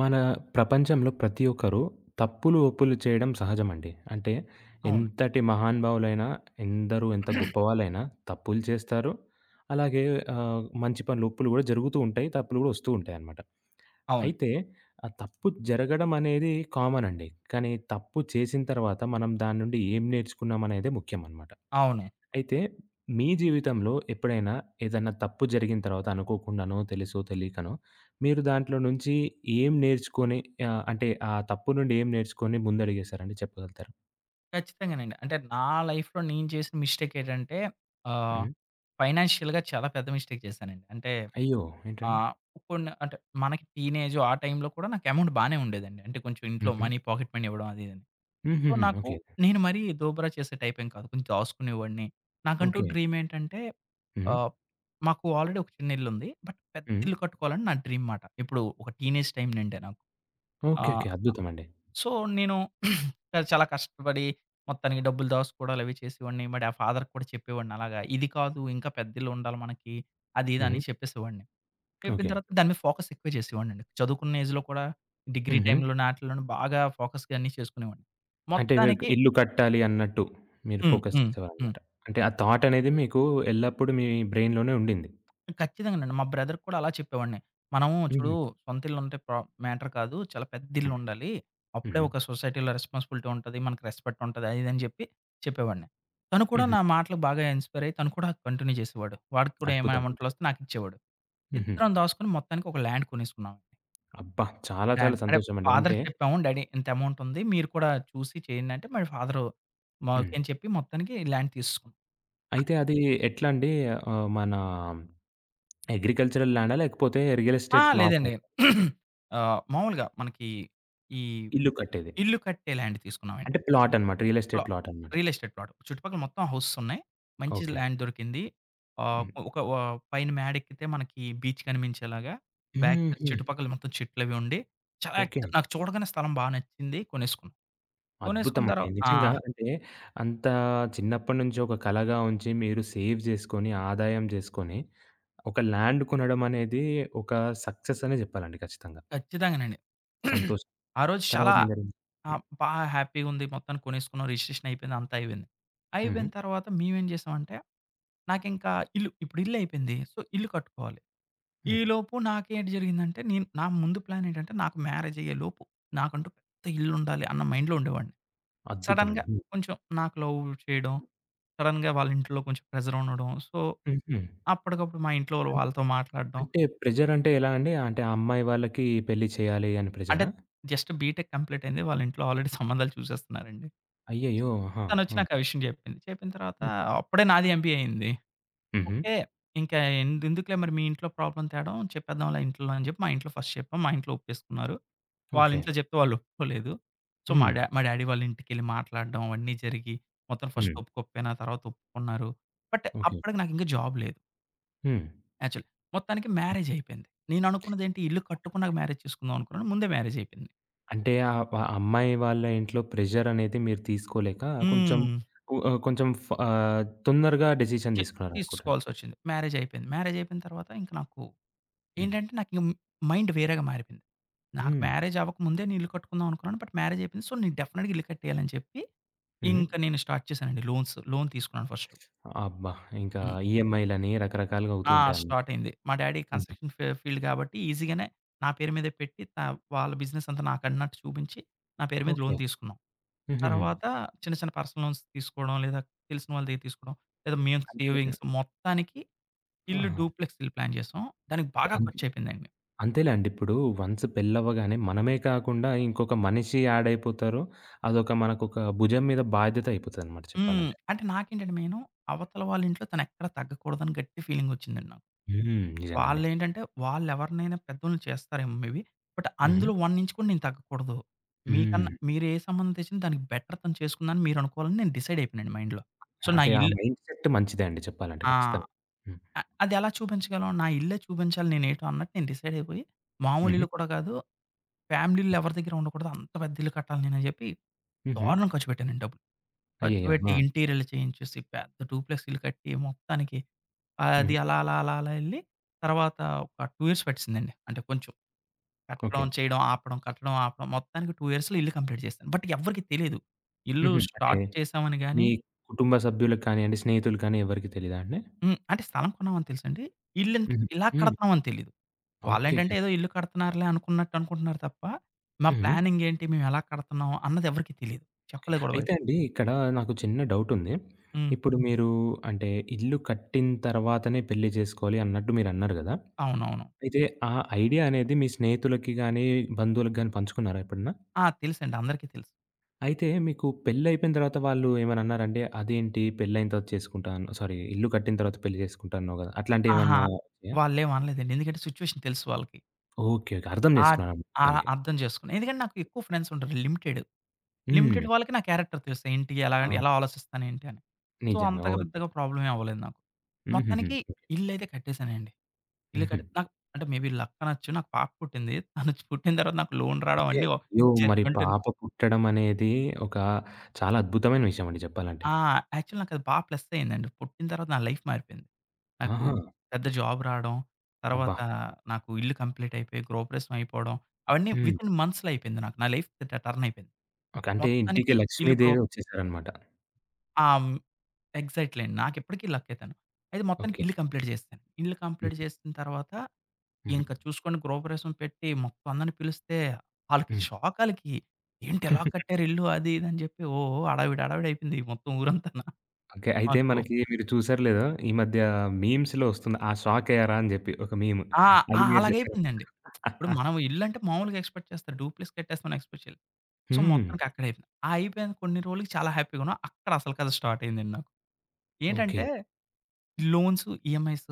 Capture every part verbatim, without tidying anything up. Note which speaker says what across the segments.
Speaker 1: మన ప్రపంచంలో ప్రతి ఒక్కరు తప్పులు, ఒప్పులు చేయడం సహజమండి. అంటే
Speaker 2: అవును.
Speaker 1: ఎంతటి మహానుభావులైనా, ఎందరూ ఎంత గొప్పవాళ్ళైనా తప్పులు చేస్తారు. అలాగే ఆహ్, మంచి పనులు, ఒప్పులు గూడా జరుగుతూ ఉంటాయి. తప్పులు గూడా ఒస్తూ ఉంటాయనమాట.
Speaker 2: అవును.
Speaker 1: అయితే ఆ తప్పు జరగడం అనేది కామన్ అండి. కానీ తప్పు చేసిన తర్వాత మనం దాని నుండి ఏం నేర్చుకున్నామనేదే ముఖ్యమనమాట.
Speaker 2: అవును.
Speaker 1: అయితే మీ జీవితంలో ఎప్పుడైనా ఏదన్నా తప్పు జరిగిన తర్వాత అనుకోకుండానో, తెలుసో తెలియకనో మీరు దాంట్లో నుంచి ఏం నేర్చుకొని ఆహ్, అంటే ఆ తప్పు నుండి ఏం నేర్చుకొని ముందడుగేశారండి చెప్పగలుగుతారా?
Speaker 2: ఖచ్చితంగానండి. అంటే నా లైఫ్‌లో నేను చేసిన మిస్టేక్ ఏంటంటే ఆహ్,
Speaker 1: హ్మ్.
Speaker 2: ఫైనాన్షియల్‌గా చాలా పెద్ద మిస్టేక్ చేశానండి. అంటే
Speaker 1: అయ్యో! ఏంటండి?
Speaker 2: ఆహ్, కొన్ని అంటే మనకి టీనేజ్ ఆ టైంలో కూడా నాకు అమౌంట్ బానే ఉండేదండి. అంటే కొంచెం ఇంట్లో
Speaker 1: హుహు.
Speaker 2: మనీ పాకెట్ మనీ ఇవ్వడం అది ఇదని. సో,
Speaker 1: హుహుహు.
Speaker 2: నాకు
Speaker 1: ఓకే.
Speaker 2: నేను మరీ దోబరా చేసే టైప్ ఏం కాదు. కొంచెం దాసుకునేవాడిని. నాకంటూ
Speaker 1: ఓకే.
Speaker 2: డ్రీమ్ ఏంటంటే
Speaker 1: హ్మ్.
Speaker 2: ఆహ్, మాకు ఆల్రెడీ ఒక చిన్న ఇల్లుంది. బట్ పెద్ద
Speaker 1: హ్మ్.
Speaker 2: ఇల్లు కట్టుకోవాలని నా డ్రీమ్ మాట. ఇప్పుడు ఒక టీనేజ్ టైం నుండే నాకు. ఆ!
Speaker 1: ఓకే. ఓకే. అద్భుతమండి.
Speaker 2: సో, నేను చాలా కష్టపడి మొత్తానికి డబ్బులు దాసుకోడాలవి చేసేవాడిని. మా డా ఫాదర్‌కి కూడా చెప్పేవాడిని అలాగా. ఇది కాదు ఇంకా పెద్దిల్లుండాలి మనకి. అది ఇది
Speaker 1: హ్మ్.
Speaker 2: అని చెప్పేసేవాడిని. చెప్పిన
Speaker 1: ఓకే.
Speaker 2: తర్వాత దాని మీద ఫోకస్ ఎక్కువ చేసేవాడినండి. చదువుకున్న ఏజ్‌లో కూడా డిగ్రీ
Speaker 1: హుహు.
Speaker 2: టైమ్‌లోని ఆటిల్లోని బాగా ఫోకస్‌గా అన్నీ చేసుకునేవాడిని.
Speaker 1: అంటే మీరు
Speaker 2: మొత్తానికి
Speaker 1: ఇల్లు కట్టాలి అన్నట్టు మీరు
Speaker 2: హ్మ్.
Speaker 1: ఫోకస్
Speaker 2: హ్మ్. హ్మ్.
Speaker 1: చేసేవారనమాట. అంటే ఆ థాట్ అనేది మీకు ఎల్లప్పుడూ మీ బ్రెయిన్‌లోనే ఉండింది.
Speaker 2: ఖచ్చితంగానండి. మా బ్రదర్‌కి కూడా అలా చెప్పేవాడిని. మనం చూడు
Speaker 1: హుహు.
Speaker 2: సొంత ఇల్లుంటే ప్రా మ్యాటర్ కాదు. చాలా పెద్ద
Speaker 1: హ్మ్.
Speaker 2: ఇల్లుండాలి. అప్పుడే
Speaker 1: హుహు.
Speaker 2: ఒక సొసైటీలో రెస్పాన్సిబిలిటీ ఉంటది. మనకు రెస్పెక్ట్ ఉంటది. అది ఇది అని చెప్పి చెప్పేవాడిని. తను కూడా
Speaker 1: హుహు.
Speaker 2: నా మాటలకు బాగా ఇన్‌స్పైర్ అయ్యి తను కూడా కంటిన్యూ చేసేవాడు. వాడికి కూడా ఏమైనా
Speaker 1: అద్భుతం.
Speaker 2: అమౌంట్‌లు వస్తే నాకిచ్చేవాడు.
Speaker 1: హుహు.
Speaker 2: ఇద్దరం దాసుకొని మొత్తానికి ఒక ల్యాండ్ కొనేసుకున్నాం.
Speaker 1: అబ్బా! చాలా చాలా
Speaker 2: ల్యాండ్ అంటే
Speaker 1: సంతోషమండి. అంటే
Speaker 2: ఫాదర్‌కి చెప్పాము. డ్యాడీ ఇంత అమౌంట్ ఉంది. మీరు కూడా చూసి చేయండి అంటే మరి ఫాదరు మా
Speaker 1: హ్మ్.
Speaker 2: ఓకే అని చెప్పి మొత్తానికి ల్యాండ్ తీసేసుకున్నాం.
Speaker 1: అయితే అది ఎట్లా అండి? ఆహ్, మన అగ్రికల్చరల్ ల్యాండా? లేకపోతే రియల్
Speaker 2: ఆ!
Speaker 1: ఎస్టేట్ ప్లాటా?
Speaker 2: లేదండి. ఆహ్, మామూలుగా మనకి ఈ
Speaker 1: ఇల్లు కట్టేది.
Speaker 2: ఇల్లు కట్టే ల్యాండ్ తీసుకున్నామండి.
Speaker 1: అంటే ప్లాటనమాట. రియల్
Speaker 2: ప్లా
Speaker 1: ఎస్టేట్ ప్లాటనమాట.
Speaker 2: Real estate plot. చుట్టుపక్కల మొత్తం హౌసెస్ ఉన్నాయి. మంచి
Speaker 1: ఓకే.
Speaker 2: ల్యాండ్ దొరికింది. ఆహ్,
Speaker 1: హ్మ్.
Speaker 2: ఒక వ పైన మేడెక్కితే మనకి బీచ్ కనిపించేలాగా బ్యాక్ సైడ్
Speaker 1: హుహు.
Speaker 2: చుట్టుపక్కల మొత్తం చెట్లవి ఉండి చాలా
Speaker 1: ఓకే.
Speaker 2: ఎక్- నాకు చూడగానే స్థలం బా నచ్చింది. కొనేసుకున్నాం. కొనేసుకున్న
Speaker 1: అద్భుతమండి.
Speaker 2: తర్వా ఆ!
Speaker 1: నిజంగా అంటే అంత చిన్నప్పటి నుంచి ఒక కలగా ఉంచి మీరు సేవ్ జేసుకొని, ఆదాయం జేసుకొని, ఒక ల్యాండ్ కొనడం అనేది ఒక సక్సెస్ అనే జెప్పాలండి ఖచ్చితంగా.
Speaker 2: ఖచ్చితంగానండి.
Speaker 1: సంతోషం.
Speaker 2: ఆ రోజు చాలా
Speaker 1: తర్వాతేం జరిగింది? హ్మ్.
Speaker 2: ఆహ్, బా హ్యాపీగుంది. మొత్తానికి కొనేసుకున్నాం. రిజిస్ట్రేషన్ అయిపోయింది. అంతా అయిపోయింది.
Speaker 1: హ్మ్.
Speaker 2: అయిపోయిన తర్వాత మేమేం చేసామంటే నాకింకా ఇల్లు ఇప్పుడు ఇల్లు అయిపోయింది. సో, ఇల్లు కట్టుకోవాలి.
Speaker 1: హ్మ్.
Speaker 2: ఈలోపు నాకేంటి జరిగిందంటే, నేను నా ముందు ప్లాన్ ఏంటంటే, నాకు మ్యారేజ్ అయ్యేలోపు నాకంటూ పెద్ద ఇల్లుండాలి అన్న మైండ్‌లో ఉండేవాడిని.
Speaker 1: అద్భుతమండి.
Speaker 2: సడెన్‌గా కొంచెం నాకు లవ్ చేయడం, సడెన్‌గా వాళ్ళ ఇంట్లో కొంచెం ప్రెషర్ ఉండడం. సో,
Speaker 1: హ్మ్. హుహు.
Speaker 2: అప్పటికప్పుడు మా ఇంట్లో వాళ్ళు వాళ్ళతో మాట్లాడడం.
Speaker 1: అంటే ప్రెషర్ అంటే ఎలా అండి? అంటే ఆ అమ్మాయి వాళ్ళకి పెళ్లి చేయాలి అని
Speaker 2: అంటే
Speaker 1: ప్రెషరా?
Speaker 2: జస్ట్ బీటెక్ కంప్లీట్ అయింది. వాళ్ళ ఇంట్లో ఆల్రెడీ సంబంధాలు చూసేస్తున్నారండి. సో,
Speaker 1: అయ్యయ్యో! ఆహా!
Speaker 2: తనొచ్చి
Speaker 1: ఆ!
Speaker 2: నాకు ఆ విషయం జెప్పింది. చెప్పిన తర్వాత
Speaker 1: హ్మ్.
Speaker 2: అప్పుడే నాది ఎంబీఏ అయింది.
Speaker 1: హుహు.
Speaker 2: ఓకే. ఇంకా ఎందు- ఎందుకులే మరి మీ ఇంట్లో ప్రాబ్లమ్ తేడం చెప్పేద్దాంలే ఇంట్లో అని చెప్పి మా ఇంట్లో ఫస్ట్ చెప్పాం. మా ఇంట్లో ఒప్పేసుకున్నారు. వాళ్ళ
Speaker 1: ఓకే.
Speaker 2: ఇంట్లో చెప్తే వాళ్ళు ఒప్పుకోలేదు. సో, మా
Speaker 1: హ్మ్.
Speaker 2: డా మా డ్యాడీ వాళ్ళ ఇంటికెళ్ళి మాట్లాడడం అవన్నీ జరిగి మొత్తం ఫస్ట్
Speaker 1: హ్మ్.
Speaker 2: ఒప్పుకోకపోయినా తర్వాత ఒప్పుకున్నారు. But
Speaker 1: okay.
Speaker 2: అప్పటికి నాకు ఇంకా జాబ్ లేదు
Speaker 1: హ్మ్.
Speaker 2: యాక్చువల్. మొత్తానికి మ్యారేజ్ అయిపోయింది. నేను అనుకున్నదేంటి ఇల్లు కట్టుకున్నాక మ్యారేజ్ చేసుకుందాం అనుకున్నాను. ముందే మ్యారేజ్ అయిపోయింది.
Speaker 1: అంటే ఆహ్, ప అమ్మాయి వాళ్ళ ఇంట్లో ప్రెషర్ అనేది మీరు తీసుకోలేక కొంచెం
Speaker 2: హ్మ్.
Speaker 1: కు ఆహ్, కొంచెం ఫ ఆహ్, తొందరగా డెసిషన్
Speaker 2: చే
Speaker 1: తీసుకున్నారనుకుంటండి.
Speaker 2: తీసుకోవాల్సొచ్చింది. మ్యారేజ్ అయిపోయింది. మ్యారేజ్ అయిపోయిన తర్వాత ఇంక నాకు
Speaker 1: హ్మ్.
Speaker 2: ఏంటంటే నాకింక మైండ్ వేరేగా మారిపోయింది. నాకు
Speaker 1: హ్మ్.
Speaker 2: మ్యారేజ్ అవ్వకముందే నేను ఇల్లు కట్టుకుందాం అనుకున్నాను. బట్ మ్యారేజ్ అయిపోయింది. సో, నేను డెఫినిట్‌గా ఇల్లు కట్టేయాలని చెప్పి,
Speaker 1: హ్మ్.
Speaker 2: ఇంక నేను స్టార్ట్ చేశానండి లోన్స్. లోన్ తీసుకున్నాను ఫస్టు.
Speaker 1: అబ్బా! ఇంకా
Speaker 2: హ్మ్.
Speaker 1: ఈఎంఐలని రకరకాలుగా అవుతూ
Speaker 2: ఆ!
Speaker 1: ఉంటాయన్నమాట.
Speaker 2: స్టార్ట్ అయింది. మా డ్యాడీ
Speaker 1: హుహు.
Speaker 2: కన్‌స్ట్రక్షన్ ఫీ ఫీల్డ్ కాబట్టి ఈజీగానే నా పేరు మీదే పెట్టి త వాళ్ళ బిజినెస్ అంతా నాకన్నట్టు చూపించి, నా పేరు మీద
Speaker 1: ఓకే.
Speaker 2: లోన్ తీసుకున్నాం.
Speaker 1: హుహుహు.
Speaker 2: తర్వాత చిన్న చిన్న పర్సనల్ లోన్స్ తీసుకోవడం, లేదా తెలిసిన వాళ్ళ దగ్గర తీసుకోవడం, లేదా మేము
Speaker 1: అంతే.
Speaker 2: సేవింగ్స్ మొత్తానికి ఇల్లు
Speaker 1: ఆహా!
Speaker 2: డూప్లెక్స్ ఇల్లు ప్లాన్ చేసాం. దానికి బాగా
Speaker 1: అన్
Speaker 2: ఖర్చయిపోయిందండి.
Speaker 1: అంతేలేండి. ఇప్పుడు వన్స్ పెళ్లవ్వగానే మనమే కాకుండా ఇంకొక మనిషి యాడ్ అయిపోతారు. అదొక మనకొక భుజం మీద బాధ్యత అయిపోతదనమాట
Speaker 2: హ్మ్.
Speaker 1: చెప్పాలంటే.
Speaker 2: అంటే నాకేంటంటే మెయిను అవతల వాళ్ళ ఇంట్లో తనెక్కడ తగ్గకూడదని గట్టి ఫీలింగొచ్చిందండి నాకు.
Speaker 1: హ్మ్. నిజంగండి.
Speaker 2: వాళ్ళేంటంటే వాళ్ళెవరినైనా పెద్దోళ్ళని చేస్తారేమో మే బీ. బట్
Speaker 1: హ్మ్.
Speaker 2: అందులో ఒక ఇంచ్ కూడా నేను తగ్గకూడదు.
Speaker 1: హ్మ్.
Speaker 2: మీకన్నా మీరు ఏ సంబంధం తెచ్చినా దానికి బెటర్ తను చేసుకుందని మీరనుకోవాలని నేను డిసైడ్ అయిపోయానండి మైండ్‌లో. సో, నా
Speaker 1: అంటే ఆ
Speaker 2: ఇల్లు
Speaker 1: మైండ్‌సెట్ మంచిదే అండి చెప్పాలంటే
Speaker 2: ఆ!
Speaker 1: ఖచ్చితంగా. హ్మ్.
Speaker 2: అ అదెలా చూపించగలం? నా ఇల్లే చూపించాలి నేనేటో అన్నట్టు నేను డిసైడ్ అయిపోయి మామూలు
Speaker 1: హుహు.
Speaker 2: ఇల్లు కూడా కాదు. ఫ్యామిలీ ఇల్లు ఎవరి దగ్గర ఉండకూడదు. అంత పెద్ద ఇల్లు కట్టాలి నేనని చెప్పి
Speaker 1: హుహు.
Speaker 2: దారుణం ఖర్చు పెట్టానండి డబ్బులు. ఖర్చు
Speaker 1: అయ్యయ్యో!
Speaker 2: పెట్టి
Speaker 1: ఆ!
Speaker 2: ఇంటీరియర్లు చేయించేసి, పెద్ద డూప్లెక్స్ ఇల్లు కట్టి మొత్తానికి
Speaker 1: హ్మ్.
Speaker 2: అది అలా, అలా, అలా, అలా ఎళ్లి తర్వాత ఒక రెండు ఇయర్స్ పట్టేసిందండి. అంటే కొంచెం
Speaker 1: ఓకే.
Speaker 2: కట్టడం, చేయడం, ఆపడం, కట్టడం, ఆపడం మొత్తానికి రెండు ఇయర్స్‌లో ఇల్లు కంప్లీట్ చేశాను. బట్ ఎవ్వరికీ తెలీదు. ఇల్లు
Speaker 1: హుహు. అంటే
Speaker 2: స్టార్ట్ చేశామని
Speaker 1: మీ
Speaker 2: గాని
Speaker 1: కుటుంబ సభ్యులకు కానియండి, స్నేహితులు కానీ ఎవరికీ తెలీదా అండి?
Speaker 2: హ్మ్. అంటే స్థలం కొన్నామని తెలుసండి. ఇల్లింత
Speaker 1: హుహు.
Speaker 2: ఇలా
Speaker 1: హ్మ్.
Speaker 2: కడతన్నామని తెలీదు.
Speaker 1: ఓకేకే.
Speaker 2: వాళ్ళేంటంటే ఏదో ఇల్లు కడుతున్నారులే అనుకున్నట్టు అనుకుంటున్నారు తప్ప, మా
Speaker 1: హుహు.
Speaker 2: ప్లానింగ్ ఏంటి? మేము ఎలా కడతన్నాం? అన్నది ఎవరికీ తెలీదు. చెప్పలేదు కూడా
Speaker 1: అయితే
Speaker 2: బయట.
Speaker 1: అండి, ఇక్కడ నాకు చిన్న డౌటుంది.
Speaker 2: హ్మ్.
Speaker 1: ఇప్పుడు మీరు అంటే ఇల్లు కట్టిన తర్వాతనే పెళ్లి చేసుకోవాలి అన్నట్టు మీరన్నారు గదా!
Speaker 2: అవునవును.
Speaker 1: అయితే ఆ ఐడియా అనేది మీ స్నేహితులకి గానీ, బంధువులకి గానీ పంచుకున్నారా ఎప్పుడన్నా?
Speaker 2: ఆ! తెలుసండి. అందరికీ తెలుసు.
Speaker 1: అయితే మీకు పెళ్లయిపోయిన తర్వాత వాళ్ళు ఏమైనా అన్నారంటే, "అదేంటి పెళ్లయిన తర్వాత చేసుకుంటాను సారీ ఇల్లు కట్టిన తర్వాత పెళ్లి చేసుకుంటా అన్నావు గదా!"
Speaker 2: అహా!
Speaker 1: అట్లాంటివేమన్నా వచ్చాయా?
Speaker 2: వాళ్ళేం అనలేదండి. ఎందుకంటే సిట్యుయేషన్ తెలుసు వాళ్ళకి.
Speaker 1: ఓకే. ఓకే. అర్థం
Speaker 2: ఆహ్,
Speaker 1: చేసుకున్నారన్నమాట
Speaker 2: ఆహ్,
Speaker 1: మొత్తానికి.
Speaker 2: అర్థం చేసుకున్నా. ఎందుకంటే నాకు ఎక్కువ ఫ్రెండ్స్ ఉంటారు లిమిటెడ్.
Speaker 1: హ్మ్.
Speaker 2: లిమిటెడ్ వాళ్ళకి నా క్యారెక్టర్ తెలుసు. ఏంటి ఎలా ఎలా
Speaker 1: ఆ!
Speaker 2: ఆలోచిస్తాను ఏంటి అని. సో,
Speaker 1: నిజంగా.
Speaker 2: అంతగా
Speaker 1: ఓహ్!
Speaker 2: పెద్దగా
Speaker 1: అద్భుతం.
Speaker 2: ప్రాబ్లమ్ ఏం అవ్వలేదు నాకు.
Speaker 1: హుహుహు.
Speaker 2: మొత్తానికి ఇల్లయితే కట్టేసానండి. ఇల్లు
Speaker 1: హుహు.
Speaker 2: కట్టి నాకు అంటే మేబీ లక్ అనొచ్చు. నాకు పాప పుట్టింది. తను పుట్టిన తర్వాత నాకు లోన్ రావడం
Speaker 1: అంతే.
Speaker 2: అన్నీ
Speaker 1: అయ్యో!
Speaker 2: జరి
Speaker 1: మరి
Speaker 2: ఉంటుంది.
Speaker 1: పాప పుట్టడం అనేది ఒక చాలా అద్భుతమైన విషయం అండి చెప్పాలంటే.
Speaker 2: ఆ! యాక్చువల్లీ నాకది బా ప్లస్ అయిందండి. పుట్టిన తర్వాత నా లైఫ్ మారిపోయింది. నాకు
Speaker 1: ఆహా!
Speaker 2: పెద్ద జాబ్ రాడం.
Speaker 1: అబ్బా!
Speaker 2: తర్వాత నాకు ఇల్లు కంప్లీట్ అయిపోయి, గృహప్రవేశం అయిపోవడం. అవన్నీ
Speaker 1: హ్మ్.
Speaker 2: వితిన్ మంత్స్‌లో అయిపోయింది నాకు. నా లైఫ్ ట టర్న్ అయిపోయింది.
Speaker 1: ఓకే. అంటే ఇంటికి
Speaker 2: మొత్తానికి ఇల్లు గ్రో
Speaker 1: లక్ష్మీదేవి వచ్చేసారనమాట.
Speaker 2: ఆ! హ్మ్. ఎగ్జాక్ట్‌లీ అండి. నాకిప్పటికి లక్కే తను. అయితే మొత్తానికి
Speaker 1: ఓకే.
Speaker 2: ఇల్లు కంప్లీట్ చేసేసాను. ఇల్లు కంప్లీట్
Speaker 1: హ్మ్.
Speaker 2: చేసిన తర్వాత
Speaker 1: హ్మ్.
Speaker 2: ఇంకా చూసుకోండి గృహప్రవేశం పెట్టి మొత్తం అందరిని పిలిస్తే ఆళ్ళకి
Speaker 1: హ్మ్.
Speaker 2: షాక్ ఆళ్ళకి. "ఏంటి ఎలా కట్టారు ఇల్లు?" అది ఇది అని చెప్పి ఓహ్! ఓహ్! హడావిడి హడావిడి అయిపోయింది మొత్తం ఊరంతాన.
Speaker 1: ఓకే. అయితే
Speaker 2: మాకు
Speaker 1: మనకి మీరు చూసారో లేదో ఈ మధ్య మీమ్స్‌లో వస్తుంది. "ఆ షాక్ అయ్యారా?" అని చెప్పి ఒక మీమ్.
Speaker 2: ఆ!
Speaker 1: అది
Speaker 2: ఆ!
Speaker 1: మీరు చెప్పారనమాట.
Speaker 2: అలాగైపోయిందండి. ఇప్పుడు మనం ఇల్లంటే మామూలుగా ఎక్స్‌పెక్ట్ చేస్తారు. డూప్లెక్స్ కట్టేస్తామని ఎక్స్‌పెక్ట్ చేయలేదు. సో,
Speaker 1: హ్మ్.
Speaker 2: మొత్తానికి అక్కడైపోయింది. ఆ అయిపోయిన కొన్ని రోజులకి చాలా హ్యాపీ‌గా ఉన్నాం. అక్కడ అసలు కథ స్టార్ట్ అయిందండి నాకు.
Speaker 1: ఓకే.
Speaker 2: ఏంటంటే లోన్స్, ఈఎంఐస్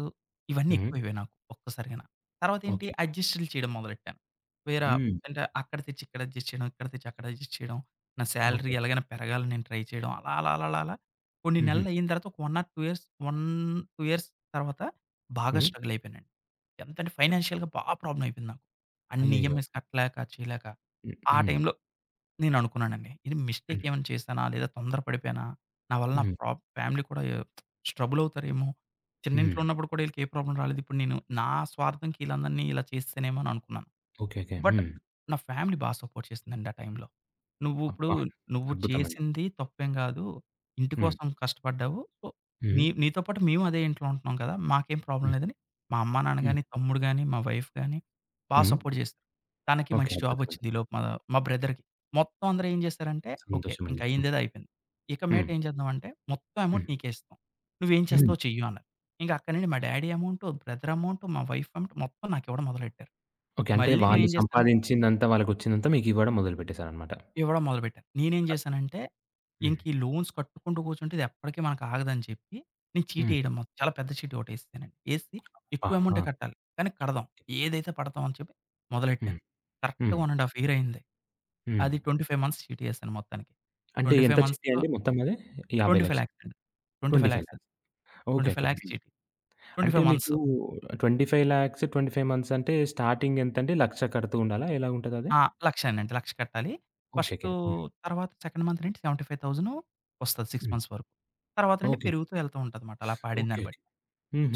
Speaker 2: ఇవన్నీ
Speaker 1: హ్మ్.
Speaker 2: ఎక్కువైపోయాయి నాకు ఒక్కసారిగాన. తర్వాతేంటి
Speaker 1: ఓకే.
Speaker 2: అడ్జస్టులు చేయడం మొదలెట్టాను. వేరా
Speaker 1: హ్మ్.
Speaker 2: అంటే అక్కడ తెచ్చి ఇక్కడ అడ్జస్ట్ చేయడం, ఇక్కడ తెచ్చి అక్కడ అడ్జస్ట్ చేయడం. నా సాలరీ
Speaker 1: ఓకే.
Speaker 2: ఎలాగైనా పెరగాలని నేను ట్రై చేయడం. అలా అలా అలా అలా అలా కొన్ని
Speaker 1: హుహు.
Speaker 2: నెలలయిన తర్వాత ఒక 1 ఆర్ రెండు ఇయర్స్ ఒకటి, రెండు ఇయర్స్ తర్వాత బాగా
Speaker 1: హ్మ్.
Speaker 2: స్ట్రగుల్ అయిపోయానండి. ఎంతంటే
Speaker 1: ఓకే.
Speaker 2: ఫైనాన్షియల్‌గా బా ప్రాబ్లమ్ అయిపోయింది నాకు. అన్ని
Speaker 1: అయ్యయ్యో!
Speaker 2: ఈఎంఐస్ కట్టలేక చేయలేక.
Speaker 1: హ్మ్.
Speaker 2: ఆ
Speaker 1: హ్మ్.
Speaker 2: టైంలో నేననుకున్నానండి. ఇది మిస్టేక్
Speaker 1: హ్మ్.
Speaker 2: ఏమైనా చేశానా? లేదా తొందర పడిపోయానా? నా వల్ల నా
Speaker 1: హ్మ్.
Speaker 2: ప్రా ఫ్యామిలీ కూడా ట్రబుల్ అవుతారేమో!
Speaker 1: హ్మ్.
Speaker 2: చిన్నింట్లో ఉన్నప్పుడు కూడా ఈళ్ళకి ఏ ప్రాబ్లమ్ రాలేదు. ఇప్పుడు నేను నా స్వార్థంకి ఈళ్ళందరిని ఇలా చేసేసానేమో అని అనుకున్నాను.
Speaker 1: ఓకే. ఓకే.
Speaker 2: బట్
Speaker 1: హ్మ్.
Speaker 2: నా ఫ్యామిలీ బా సపోర్ట్ చేసిందండి ఆ టైంలో. "నువ్విప్పుడు
Speaker 1: అబ్బా!
Speaker 2: నువ్వు
Speaker 1: అద్భుతమండి.
Speaker 2: చేసింది తప్పేం గాదు. ఇంటి
Speaker 1: హ్మ్.
Speaker 2: కోసం కష్టపడ్డావు. సో,
Speaker 1: హ్మ్.
Speaker 2: నీ నీతో పాటు మేము అదే ఇంట్లో ఉంటున్నాం కదా! మాకేం ప్రాబ్లమ్
Speaker 1: హ్మ్.
Speaker 2: లేదని" మా అమ్మా నాన్న
Speaker 1: హ్మ్.
Speaker 2: గాని, తమ్ముడు గాని, మా వైఫ్ గాని బా
Speaker 1: హ్మ్.
Speaker 2: సపోర్ట్ చేశారు. తనకి
Speaker 1: ఓకే.
Speaker 2: మంచి
Speaker 1: అద్భుతమండి.
Speaker 2: జాబొచ్చింది ఈలోపు మా మా బ్రదర్‌కి. మొత్తం అందరూ ఏం చేశారంటే, ఓకే. ఇంక
Speaker 1: సంతోషమండి. హ్మ్.
Speaker 2: అయిందేదో అయిపోయింది. ఇక
Speaker 1: హ్మ్.
Speaker 2: మీదట ఏం చేద్దామంటే మొత్తం
Speaker 1: హ్మ్.
Speaker 2: అమౌంట్ నీకే ఇస్తాం. నువ్వేం
Speaker 1: హ్మ్.
Speaker 2: చేస్తావో చెయ్యు అన్నారు. ఇంక అక్కడి నుండి మా డ్యాడీ అమౌంటు, బ్రదర్ అమౌంటు, మా వైఫ్ అమౌంట్ మొత్తం నాకివ్వడం మొదలెట్టారు.
Speaker 1: ఓకే. అంటే
Speaker 2: మళ్ళీ
Speaker 1: వాళ్ళు
Speaker 2: నేనేం చేశాను
Speaker 1: సంపాదించిందంతా వాళ్ళకొచ్చిందంతా మీకివ్వడం మొదలుపెట్టేసారనమాట.
Speaker 2: ఇవ్వడం మొదలుపెట్టాను. నేనేం చేశానంటే,
Speaker 1: హ్మ్.
Speaker 2: ఇంక ఈ లోన్స్ కట్టుకుంటూ కూర్చుంటే ఇది ఎప్పటికి మనకు ఆగదని చెప్పి, నేను
Speaker 1: హ్మ్.
Speaker 2: చీటేయడం మొ చాలా పెద్ద చీటీ ఒకటి ఏసేసానండి. ఏసి
Speaker 1: ఆ!
Speaker 2: ఎక్కువ అమౌంటే
Speaker 1: ఆ!
Speaker 2: కట్టాలి. కానీ కడదాం. ఏదైతే పడతాం అని చెప్పి
Speaker 1: హ్మ్.
Speaker 2: మొదలెట్టాను. కరెక్ట్‌గా
Speaker 1: హ్మ్.
Speaker 2: ఒకటిన్నర ఇయర్ అయింది.
Speaker 1: హ్మ్.
Speaker 2: అది ఇరవై ఐదు మంత్స్ చీటీ ఏసాను మొత్తానికి.
Speaker 1: అంటే ఎంత
Speaker 2: ఇరవై ఐదు
Speaker 1: చిట్టి
Speaker 2: మంత్స్‌లో
Speaker 1: అండి మొత్తం అది? యాభై,లక్షలు
Speaker 2: ఇరవై ఐదు లక్షలు అండి.
Speaker 1: ఇరవై ఐదు,లక్షలు
Speaker 2: ఇరవై ఐదు లక్షలు
Speaker 1: ఓకే. ఓకే.
Speaker 2: ఇరవై ఐదు లక్షలు
Speaker 1: హ్మ్.
Speaker 2: చీటీ.
Speaker 1: అంటే
Speaker 2: ఇరవై ఐదు
Speaker 1: మీకు
Speaker 2: మంత్స్.
Speaker 1: ఇరవై ఐదు,లక్షలు, ఇరవై ఐదు మంత్స్ అంటే స్టార్టింగ్ ఎంతండి? ఒక,లక్ష కడుతూ ఉండాలా? ఎలా ఉంటదది?
Speaker 2: ఆ! లక్షేనండి. లక్ష కట్టాలి.
Speaker 1: ఓకే. ఓకే.
Speaker 2: ఫస్టు
Speaker 1: హ్మ్.
Speaker 2: తర్వాత సెకండ్ మంత్ నుండి డెబ్భై ఐదు వేలు వస్తది ఆరు
Speaker 1: హ్మ్.
Speaker 2: మంత్స్ వరకు. తర్వాత నుండి
Speaker 1: ఓకే.
Speaker 2: పెరుగుతూ వెళ్తూ ఉంటదన్నమాట. అలా పాడిన
Speaker 1: ఓకే.
Speaker 2: దాన్ని
Speaker 1: ఓకే.
Speaker 2: బట్టి.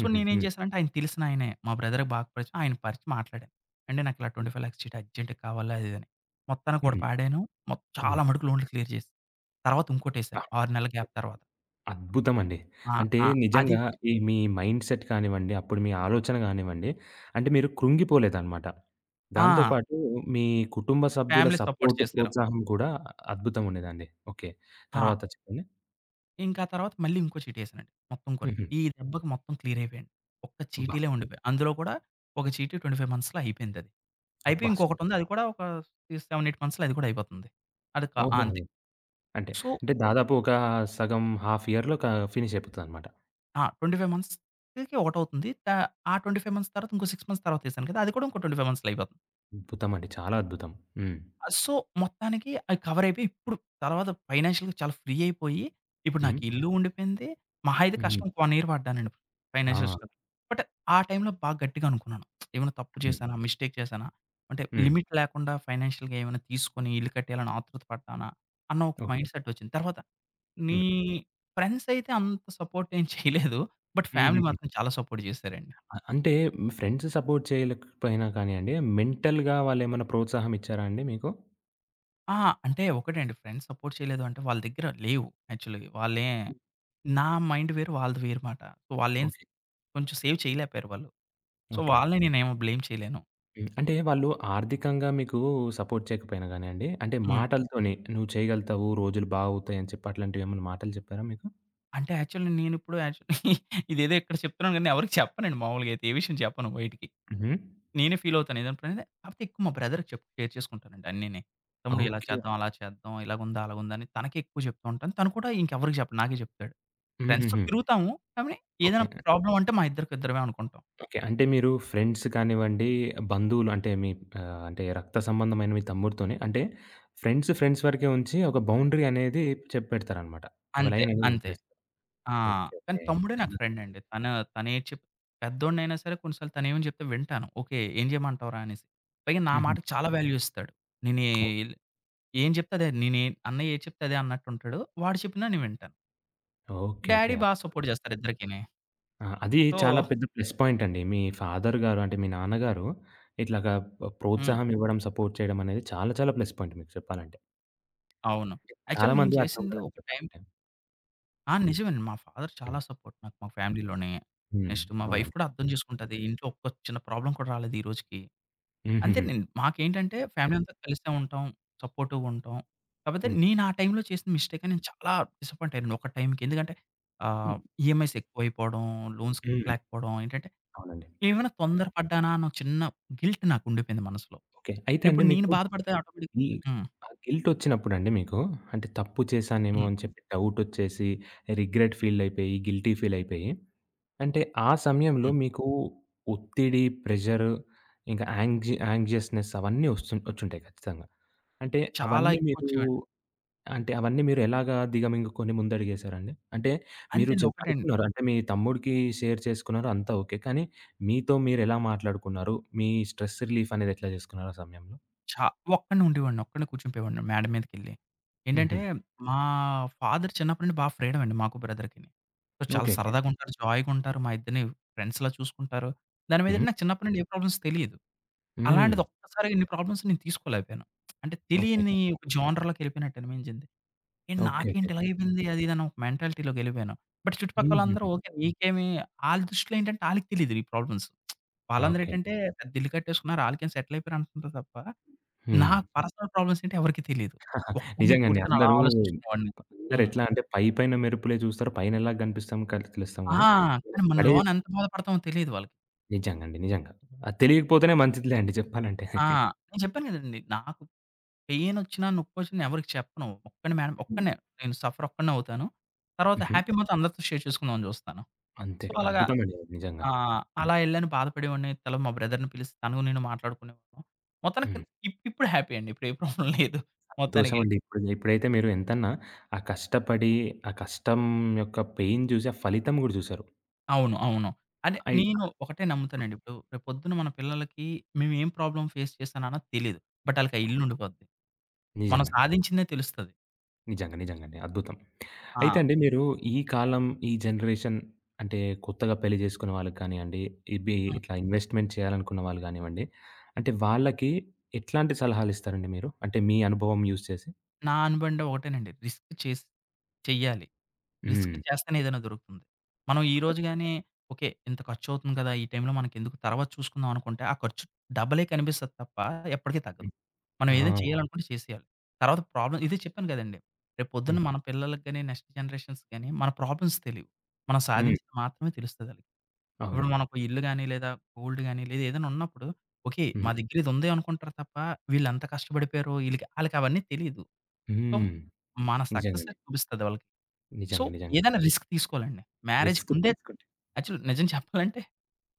Speaker 2: సో, నేనేం
Speaker 1: హ్మ్.
Speaker 2: చేశానంటే ఆయన తెలిసిన ఆయనే. మా బ్రదర్‌కి బాగా పరిచయం. ఆయన పరిచి మాట్లాడాను. "ఏవండీ నాకు ఇలా ఇరవై ఐదు లక్షలు చీటీ అర్జెంట్‌గా కావాలి" అది ఇది అని. మొత్తానికి ఒకటి
Speaker 1: హ్మ్.
Speaker 2: పాడాను. మొ
Speaker 1: హ్మ్.
Speaker 2: చాలా మటుకు లోన్‌లు క్లియర్ చేశా. తర్వాత ఇంకోటేశాను ఆరు నెలల గ్యాప్ తర్వాత.
Speaker 1: అద్భుతమండి.
Speaker 2: ఆ!
Speaker 1: అంటే
Speaker 2: ఆ! అది
Speaker 1: నిజంగా ఈ మీ మైండ్‌సెట్ కానివ్వండి, అప్పుడు మీ ఆలోచన గానివ్వండి, అంటే మీరు కృంగిపోలేదనమాట. దాంతో
Speaker 2: ఆ!
Speaker 1: పాటు మీ కుటుంబ సభ్యుల
Speaker 2: ఫ్యామిలీ సపోర్ట్
Speaker 1: సపోర్ట్,
Speaker 2: చేశారు.
Speaker 1: ప్రోత్సాహం కూడా అద్భుతంగుండేదండి. ఓకే.
Speaker 2: ఆ!
Speaker 1: తర్వాత చెప్పండి.
Speaker 2: ఇంకా ఆ తర్వాత మళ్ళీ ఇంకో చీటేసానండి. మొత్తం కూడా.
Speaker 1: హుహు.
Speaker 2: ఈ దెబ్బకి మొత్తం క్లియర్ అయిపోయాను. ఒక్క
Speaker 1: అబ్బా!
Speaker 2: చీటీలే ఉండిపోయాయి. అందులో కూడా ఒక చీటీ ఇరవై ఐదు మంత్స్‌లో అయిపోయిందది. అయిపోయి
Speaker 1: అబ్బా! సు
Speaker 2: ఇంకొకటుంది. అది కూడా ఒక ఏడు, ఎనిమిది మంత్స్‌లో అది కూడా అయిపోతుంది. అది క ఆ!
Speaker 1: ఓహోహో!
Speaker 2: అంతే.
Speaker 1: అంటే,
Speaker 2: సో
Speaker 1: అంటే దాదాపు ఒక సగం హాఫ్ ఇయర్‌లో క ఫినిష్ అయిపోతదనమాట.
Speaker 2: ఆ! ఇరవై ఐదు మంత్స్‌కి ఒకటవుతుంది. త ఆ ఇరవై ఐదు మంత్స్ తర్వాత ఇంకో ఆరు మంత్స్ తర్వాతేసాను కదా! అది కూడా ఇంకో ఇరవై ఐదు మంత్స్‌లో అయిపోతుంది.
Speaker 1: అద్భుతమండి. చాలా అద్భుతం. హ్మ్.
Speaker 2: సో, మొత్తానికి అవి కవర్ అయిపోయి ఇప్పుడు తర్వాత ఫైనాన్షియల్‌గా చాలా ఫ్రీ అయిపోయి, ఇప్పుడు
Speaker 1: హ్మ్.
Speaker 2: నాకు ఇల్లు ఉండిపోయింది. మహా అయితే
Speaker 1: హ్మ్.
Speaker 2: కష్టం ఒక ఇయర్ పడ్డానండి ఫైనాన్షియల్
Speaker 1: ఆ!
Speaker 2: స్ట్రగుల్. బట్ ఆ టైంలో బాగా గట్టిగా అనుకున్నాను. ఏమైనా తప్పు
Speaker 1: హ్మ్.
Speaker 2: చేశానా? మిస్టేక్ చేశానా? అంటే
Speaker 1: హ్మ్.
Speaker 2: లిమిట్ లేకుండా ఫైనాన్షియల్‌గా ఏమైనా తీసుకొని ఇల్లు కట్టేయాలని ఆతృత పడ్డానా? అన్న ఒక
Speaker 1: ఓకే.
Speaker 2: మైండ్‌సెట్ వచ్చింది. తర్వాత నీ
Speaker 1: హ్మ్.
Speaker 2: ఫ్రెండ్స్ అయితే అంత సపోర్ట్ ఏం చేయలేదు. బట్ ఫ్యామిలీ
Speaker 1: హుహుహు.
Speaker 2: మాత్రం చాలా సపోర్ట్ చేశారండి.
Speaker 1: అ అంటే ఫ్రెండ్స్ సపోర్ట్ చేయలేకపోయినా కానియండి, మెంటల్‌గా వాళ్ళేమన్నా ప్రోత్సాహం ఇచ్చారా అండి మీకు?
Speaker 2: ఆ! అంటే ఒకటే అండి ఫ్రెండ్స్ సపోర్ట్ చేయలేదు అంటే వాళ్ళ దగ్గర లేవు యాక్చువల్‌గా. వాళ్ళే నా మైండ్ వేరు. వాళ్ళది వేరు మాట. సో వాళ్ళేం
Speaker 1: ఓకే.
Speaker 2: కొంచెం సేవ్ చేయలేకపోయారు వాళ్ళు. So,
Speaker 1: okay.
Speaker 2: వాళ్ళని నేనేమి బ్లేమ్ చేయలేను.
Speaker 1: హ్మ్. అంటే వాళ్ళు ఆర్థికంగా మీకు సపోర్ట్ చేయకపోయినా గానియండి, అంటే
Speaker 2: హ్మ్.
Speaker 1: మాటలతోని "నువ్వు చేయగలుగుతావు, రోజులు బాగవుతాయని" చెప్పి అట్లాంటివేమన్నా మాటలు చెప్పారా మీకు?
Speaker 2: అంటే యాక్చువల్లీ నేనిప్పుడు యాక్చువల్లీ ఇదేదో ఇక్కడ చెప్తున్నాను గానీ ఎవరికీ చెప్పనండి మామూలుగా అయితే. ఏ విషయం చెప్పను బయటికి.
Speaker 1: హుహు.
Speaker 2: నేనే ఫీల్ అవుతాను ఏదైనా పనైతే. కాకపోతే ఎక్కువ మా బ్రదర్‌కి చెప్ షేర్ చేసుకుంటానండి అన్నీని. తమ్ముడు ఇలా
Speaker 1: ఓకే.
Speaker 2: చేద్దాం, అలా చేద్దాం, ఇలాగుందా, అలాగుందా అని తనకే ఎక్కువ చెప్తూ ఉంటాను. తను కూడా ఇంకెవరికీ చెప్పడు. నాకే చెప్తాడు. ఫ్రెండ్స్‌తో
Speaker 1: హుహుహు.
Speaker 2: తిరుగుతాము. కానీ ఏదైనా
Speaker 1: ఓకే.
Speaker 2: ప్రాబ్లమ్ అంటే మా ఇద్దరికిద్దరమే అనుకుంటాం.
Speaker 1: ఓకే. అంటే మీరు ఫ్రెండ్స్ కానివ్వండి, బంధువులు అంటే మీ ఆహ్, అంటే రక్త సంబంధమైన మీ తమ్ముడితోని అంటే ఫ్రెండ్స్, ఫ్రెండ్స్ వరకే ఉంచి ఒక బౌండరీ అనేది చె పెడతారనమాట. ఒక
Speaker 2: అంతే.
Speaker 1: లైన్ అనేది
Speaker 2: అంతే.
Speaker 1: వదిలేస్తారు.
Speaker 2: ఆ!
Speaker 1: ఓకే.
Speaker 2: కానీ
Speaker 1: ఓకే.
Speaker 2: తమ్ముడే నాకు
Speaker 1: నిజంగా.
Speaker 2: ఫ్రెండండి. తను తనేది చెప్ పెద్దోడినైనా సరే కొన్ని సార్లు తనేమని చెప్తే వింటాను. ఓకే. ఏం చేయమంటావురా అనేసి. పైగా నా
Speaker 1: హుహు.
Speaker 2: మాటకి చాలా వాల్యూ ఇస్తాడు. నేనే
Speaker 1: ఓకే.
Speaker 2: ఏం చెప్తే అదే. నేనే అన్నయ్య ఏది చెప్తే అదే అన్నట్టుంటాడు. వాడు చెప్పినా నేను వింటాను.
Speaker 1: ఓకే.
Speaker 2: Daddy
Speaker 1: okay.
Speaker 2: బా సపోర్ట్ చేస్తారు ఇద్దరికిని.
Speaker 1: ఆ! అది
Speaker 2: సో
Speaker 1: చాలా హ్మ్. పెద్ద ప్లస్ పాయింట్ అండి. మీ ఫాదర్ గారు అంటే మీ నాన్నగారు ఇట్లాగా ప
Speaker 2: హ్మ్.
Speaker 1: ప్రోత్సాహం ఇవ్వడం, సపోర్ట్ చేయడం అనేది చాలా చాలా ప్లస్ పాయింట్ మీకు చెప్పాలంటే.
Speaker 2: అవును.
Speaker 1: చాలా
Speaker 2: యాక్చువల్లీ నేను
Speaker 1: మంది అట్లా
Speaker 2: చేసింది
Speaker 1: ఉంటారండి
Speaker 2: ఒక టైం
Speaker 1: చెప్పాలంటే.
Speaker 2: ఆ! నిజమేనండి. మా ఫాదర్
Speaker 1: హ్మ్.
Speaker 2: చాలా సపోర్ట్ నాకు మా ఫ్యామిలీలోనే.
Speaker 1: హ్మ్.
Speaker 2: నెక్స్ట్ మా వైఫ్
Speaker 1: అవునండి.
Speaker 2: కూడా అర్థం చేసుకుంటది. ఇంట్లో ఒక్క చిన్న ప్రాబ్లమ్ కూడా రాలేదు ఈ రోజుకి.
Speaker 1: హుహుహు.
Speaker 2: అంతేనండి. మాకేంటంటే ఫ్యామిలీ అంతా కలిసే ఉంటాం. సపోర్టివ్‌గా ఉంటాం. కాపోతే
Speaker 1: హ్మ్.
Speaker 2: నేను ఆ టైమ్‌లో చేసిన మిస్టేకే నేను చాలా డిసప్పాయింట్ అయ్యానండి ఒక టైమ్‌కి. ఎందుకంటే ఆహ్,
Speaker 1: హ్మ్.
Speaker 2: ఈఎంఐస్ ఎక్కువైపోవడం, లోన్స్
Speaker 1: హ్మ్.
Speaker 2: కట్టలేకపోవడం ఏంటంటే
Speaker 1: అవునండి.
Speaker 2: ఏమైనా తొందర పడ్డానా అన్న చిన్న గిల్ట్ నాకు ఉండిపోయింది మనసులో.
Speaker 1: ఓకే. అయితే అండి
Speaker 2: ఇప్పుడు నేను
Speaker 1: మీకు
Speaker 2: బాధపడితే ఆటోమేటిక్
Speaker 1: ఈ
Speaker 2: హ్మ్.
Speaker 1: ఆహ్, గిల్ట్ వచ్చినప్పుడండి మీకు అంటే తప్పు చేశానేమో
Speaker 2: హ్మ్.
Speaker 1: అని చెప్పి డౌటొచ్చేసి రిగ్రెట్ ఫీల్ అయిపోయి, గిల్టీ ఫీల్ అయిపోయి అంటే ఆ సమయంలో
Speaker 2: హ్మ్.
Speaker 1: మీకు ఒత్తిడి, ప్రెషర్ ఇంకా యాంగ్జి యాంగ్జియస్‌నెస్ అవన్నీ వస్తు వచ్చుంటాయి ఖచ్చితంగా. అంటే
Speaker 2: చాలా
Speaker 1: అవన్నీ
Speaker 2: ఎక్కువ
Speaker 1: మీరు
Speaker 2: వచ్చేవండి.
Speaker 1: అంటే అవన్నీ మీరు ఎలాగా దిగమింగుకొని ముందడుగేశారండి? అంటే మీరు
Speaker 2: అంతేండి
Speaker 1: చెప్
Speaker 2: ఒకటే అండి.
Speaker 1: అనుకున్నారు అంటే మీ తమ్ముడికి షేర్ చేసుకున్నారు అంతా ఓకే. కానీ మీతో మీరెలా మాట్లాడుకున్నారు? మీ స్ట్రెస్ రిలీఫ్ అనేది ఎట్లా చేసుకున్నారు ఆ సమయంలో?
Speaker 2: చా ఒక్కడినే ఉండేవాడిని. ఒక్కడినే కూర్చునిపోయేవాడిని మేడ మీదకెళ్ళి.
Speaker 1: హుహు.
Speaker 2: ఏంటంటే మా ఫాదర్ చిన్నప్పటి నుండి బాగా ఫ్రీడమ్ అండి మాకు బ్రదర్‌కిని. సో, చాలా
Speaker 1: ఓకే. ఓకే.
Speaker 2: సరదాగా ఉంటారు, జాయ్‌గా ఉంటారు. మా ఇద్దరిని ఫ్రెండ్స్‌లా చూసుకుంటారు. దాని మీద
Speaker 1: హ్మ్.
Speaker 2: ఏంటంటే నాకు చిన్నప్పటి నుండి ఏ ప్రాబ్లమ్స్ తెలీదు.
Speaker 1: హ్మ్.
Speaker 2: అలాంటిది ఒక్కసారిగా ఇన్ని ప్రాబ్లమ్స్ నేను తీసుకోలేకపోయాను. అంటే
Speaker 1: ఓకే. ఓకే.
Speaker 2: తెలియని ఒక జానర్‌లోకి వెళ్ళిపోయినట్టు అనిపించింది. ఏంటి
Speaker 1: ఓకే. ఓకే.
Speaker 2: నాకేంటి
Speaker 1: ఓకే.
Speaker 2: ఇలాగైపోయింది అది ఇది అని ఒక మెంటాలిటీ‌లోకి వెళ్ళిపోయాను. బట్ చుట్టుపక్కలందరూ
Speaker 1: హుహుహు.
Speaker 2: ఓకే నీకేమి ఆళ్ళ దృష్టిలో ఏంటంటే ఆళ్ళకి తెలీదు ఈ ప్రాబ్లమ్స్. వాళ్ళందరూ
Speaker 1: ఓకే.
Speaker 2: ఏంటంటే పెద్ద ఇల్లు కట్టేసుకున్నారు. ఆళ్ళకేం సెటిల్ అయిపోయారు అనుకుంటారు తప్ప
Speaker 1: హ్మ్.
Speaker 2: నాకు పర్సనల్ ప్రాబ్లమ్స్ ఏంటో ఎవరికీ తెలీదు.
Speaker 1: ఆ!
Speaker 2: ఒక్కడినే
Speaker 1: నిజంగండి.
Speaker 2: కూర్చొని అలా
Speaker 1: అందరూ
Speaker 2: ఆలోచించుకునేవాడిని. హ్మ్.
Speaker 1: అందరెట్లా అంటే పై పైన మెరుపులే చూస్తారు. పైనెలా గనిపిస్తాం కల్ తెలుస్తాం
Speaker 2: ఆ!
Speaker 1: గానీ,
Speaker 2: కానీ మన
Speaker 1: పడే
Speaker 2: లోన ఎంత బాధపడతామో తెలీదు వాళ్ళకి.
Speaker 1: నిజంగండి. నిజంగా. అది తెలియకపోతేనే మంచిదిలే అండి చెప్పాలంటే.
Speaker 2: ఆ! నేను చెప్పాను కదండీ! నాకు పెయినొచ్చినా, నొప్పొచ్చినా ఎవరికీ చెప్పను. ఒక్కడిని మేడం ఒక్కడినే నేను సఫర్ ఒక్కడినే అవుతాను. తర్వాత
Speaker 1: హుహు.
Speaker 2: హ్యాపీ మాత్రం అందరితో షేర్ చేసుకుందామని చూస్తాను.
Speaker 1: అంతే.
Speaker 2: సో, అలాగా
Speaker 1: అద్భుతమండి అది నిజంగా.
Speaker 2: ఆ! అలా ఎళ్ళాను బాధపడేవాడిని. తల మా బ్రదర్‌ని పిలిసి తను నేను మాట్లాడుకునేవాళ్ళం. మొత్తానికి
Speaker 1: హ్మ్.
Speaker 2: ఇప్ ఇప్పుడు హ్యాపీ అండి. ఇప్పుడు ఏ ప్రాబ్లమ్ లేదు మొత్తానికి.
Speaker 1: సంతోషమండి. ఇప్పుడు ఇప్పుడైతే మీరు ఎంతన్నా ఆ కష్టపడి, ఆ కష్టం యొక్క పెయిన్ చూసి, ఆ ఫలితం గూడా చూసారు.
Speaker 2: అవును. అవును. అంటే
Speaker 1: అయి
Speaker 2: నేను ఒకటే నమ్ముతానండి. ఇప్పుడు రేపొద్దున మన పిల్లలకి మేమేం ప్రాబ్లమ్ ఫేస్ చేశానన్నది తెలీదు. బట్ ఆళ్ళకి ఆ ఇల్లుండిపోద్ది. మనం
Speaker 1: నిజంగండి.
Speaker 2: సాధించిందే తెలుస్తది.
Speaker 1: నిజంగా. నిజంగండి. అద్భుతం. అయితే
Speaker 2: ఆ!
Speaker 1: అండి మీరు ఈ కాలం, ఈ జనరేషన్ అంటే కొత్తగా పెళ్లి చేసుకున్న వాళ్ళకి కానియండి, ఇబి
Speaker 2: హ్మ్.
Speaker 1: ఇట్లా ఇన్వెస్ట్‌మెంట్ చేయాలనుకున్న వాళ్ళు గానివ్వండి, అంటే వాళ్ళకి ఎట్లాంటి సలహాలిస్తారండి మీరు? అంటే మీ అనుభవం యూజ్ చేసి?
Speaker 2: నా అనుబంధం ఒకటేనండి. రిస్క్ చేసి చెయ్యాలి. రిస్క్
Speaker 1: హ్మ్.
Speaker 2: చేస్తేనే ఏదైనా దొరుకుతుంది. మనం ఈరోజు
Speaker 1: ఖచ్చితంగా.
Speaker 2: గాని ఓకే. ఇంత ఖర్చవుతుంది కదా! ఈ టైంలో మనకెందుకు తర్వాత చూసుకుందాం అనుకుంటే, ఆ ఖర్చు డబలే కనిపిస్తది తప్ప ఎప్పటికీ తగ్గదు.
Speaker 1: హ్మ్.
Speaker 2: మనం
Speaker 1: ఆ!
Speaker 2: ఏదైనా చేయాలనుకుంటే చేసేయాలి. తర్వాత ప్రాబ్లమ్ ఇదే చెప్పాను కదండీ! రేపొద్దున్న
Speaker 1: హ్మ్.
Speaker 2: మన పిల్లలకి గాని, నెక్స్ట్ జనరేషన్స్ గాని మన ప్రాబ్లమ్స్ తెలీవు. మనం
Speaker 1: హ్మ్.
Speaker 2: సాధించింది మాత్రమే తెలుస్తది ఆళ్ళకి. ఇప్పుడు
Speaker 1: అవునండి.
Speaker 2: మనకు ఇల్లు గాని, లేదా గోల్డ్ గాని, లేదా ఏదైనా ఉన్నప్పుడు ఓకే. మా
Speaker 1: హ్మ్.
Speaker 2: దగ్గర ఇది ఉంది అనుకుంటారు తప్ప, వీళ్ళెంత కష్టపడిపోయారో ఈళ్ళకి ఆళ్ళకి అవన్నీ తెలీదు. సో,
Speaker 1: హ్మ్.
Speaker 2: మన సక్సెసే
Speaker 1: నిజంగండి.
Speaker 2: చూపిస్తది వాళ్ళకి. సో,
Speaker 1: నిజంగా. నిజంగా.
Speaker 2: ఏదైనా రిస్క్ తీసుకోవాలండి. మ్యారేజ్‌కి
Speaker 1: రిస్క్
Speaker 2: ముందే
Speaker 1: తీసుకుంటే
Speaker 2: యాక్చువల్ నిజం చెప్పాలంటే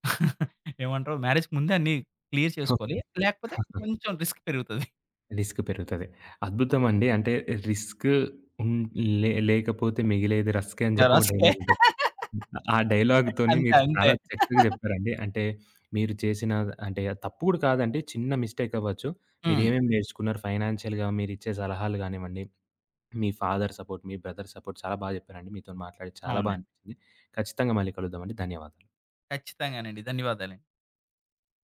Speaker 2: ఏమంటారు? మ్యారేజ్‌కి ముందే అన్నీ క్లియర్ చేసుకోవాలి.
Speaker 1: ఓకే.
Speaker 2: లేకపోతే కొంచెం రిస్క్ పెరుగుతది.
Speaker 1: రిస్క్ పెరుగుతది. అద్భుతమండి. అంటే రిస్క్ ఉన్ లే లేకపోతే మిగిలేది రస్కే అని చెప్పి ఒక
Speaker 2: రస్కే.
Speaker 1: డైలాగుంటది ఆ డైలాగ్‌తోని
Speaker 2: అంతే.
Speaker 1: మీరు
Speaker 2: అంతే.
Speaker 1: చాలా చక్కగా చెప్పారండి. అంటే మీరు చేసిన అంటే తప్పు కూడా కాదండి. చిన్న మిస్టేక్ అవ్వచ్చు.
Speaker 2: హ్మ్.
Speaker 1: మీరేమేమి నేర్చుకున్నారు ఫైనాన్షియల్‌గా మీరిచ్చే సలహాలు గానివ్వండి, మీ ఫాదర్ సపోర్ట్, మీ బ్రదర్ సపోర్ట్ చాలా బాగా చెప్పారండి. మీతోని మాట్లాడి చాలా బా
Speaker 2: అవునండి.
Speaker 1: అనిపించింది. ఖచ్చితంగా మళ్ళీ కలుద్దామండి. ధన్యవాదాలు.
Speaker 2: ఖచ్చితంగానండి. ధన్యవాదాలండి.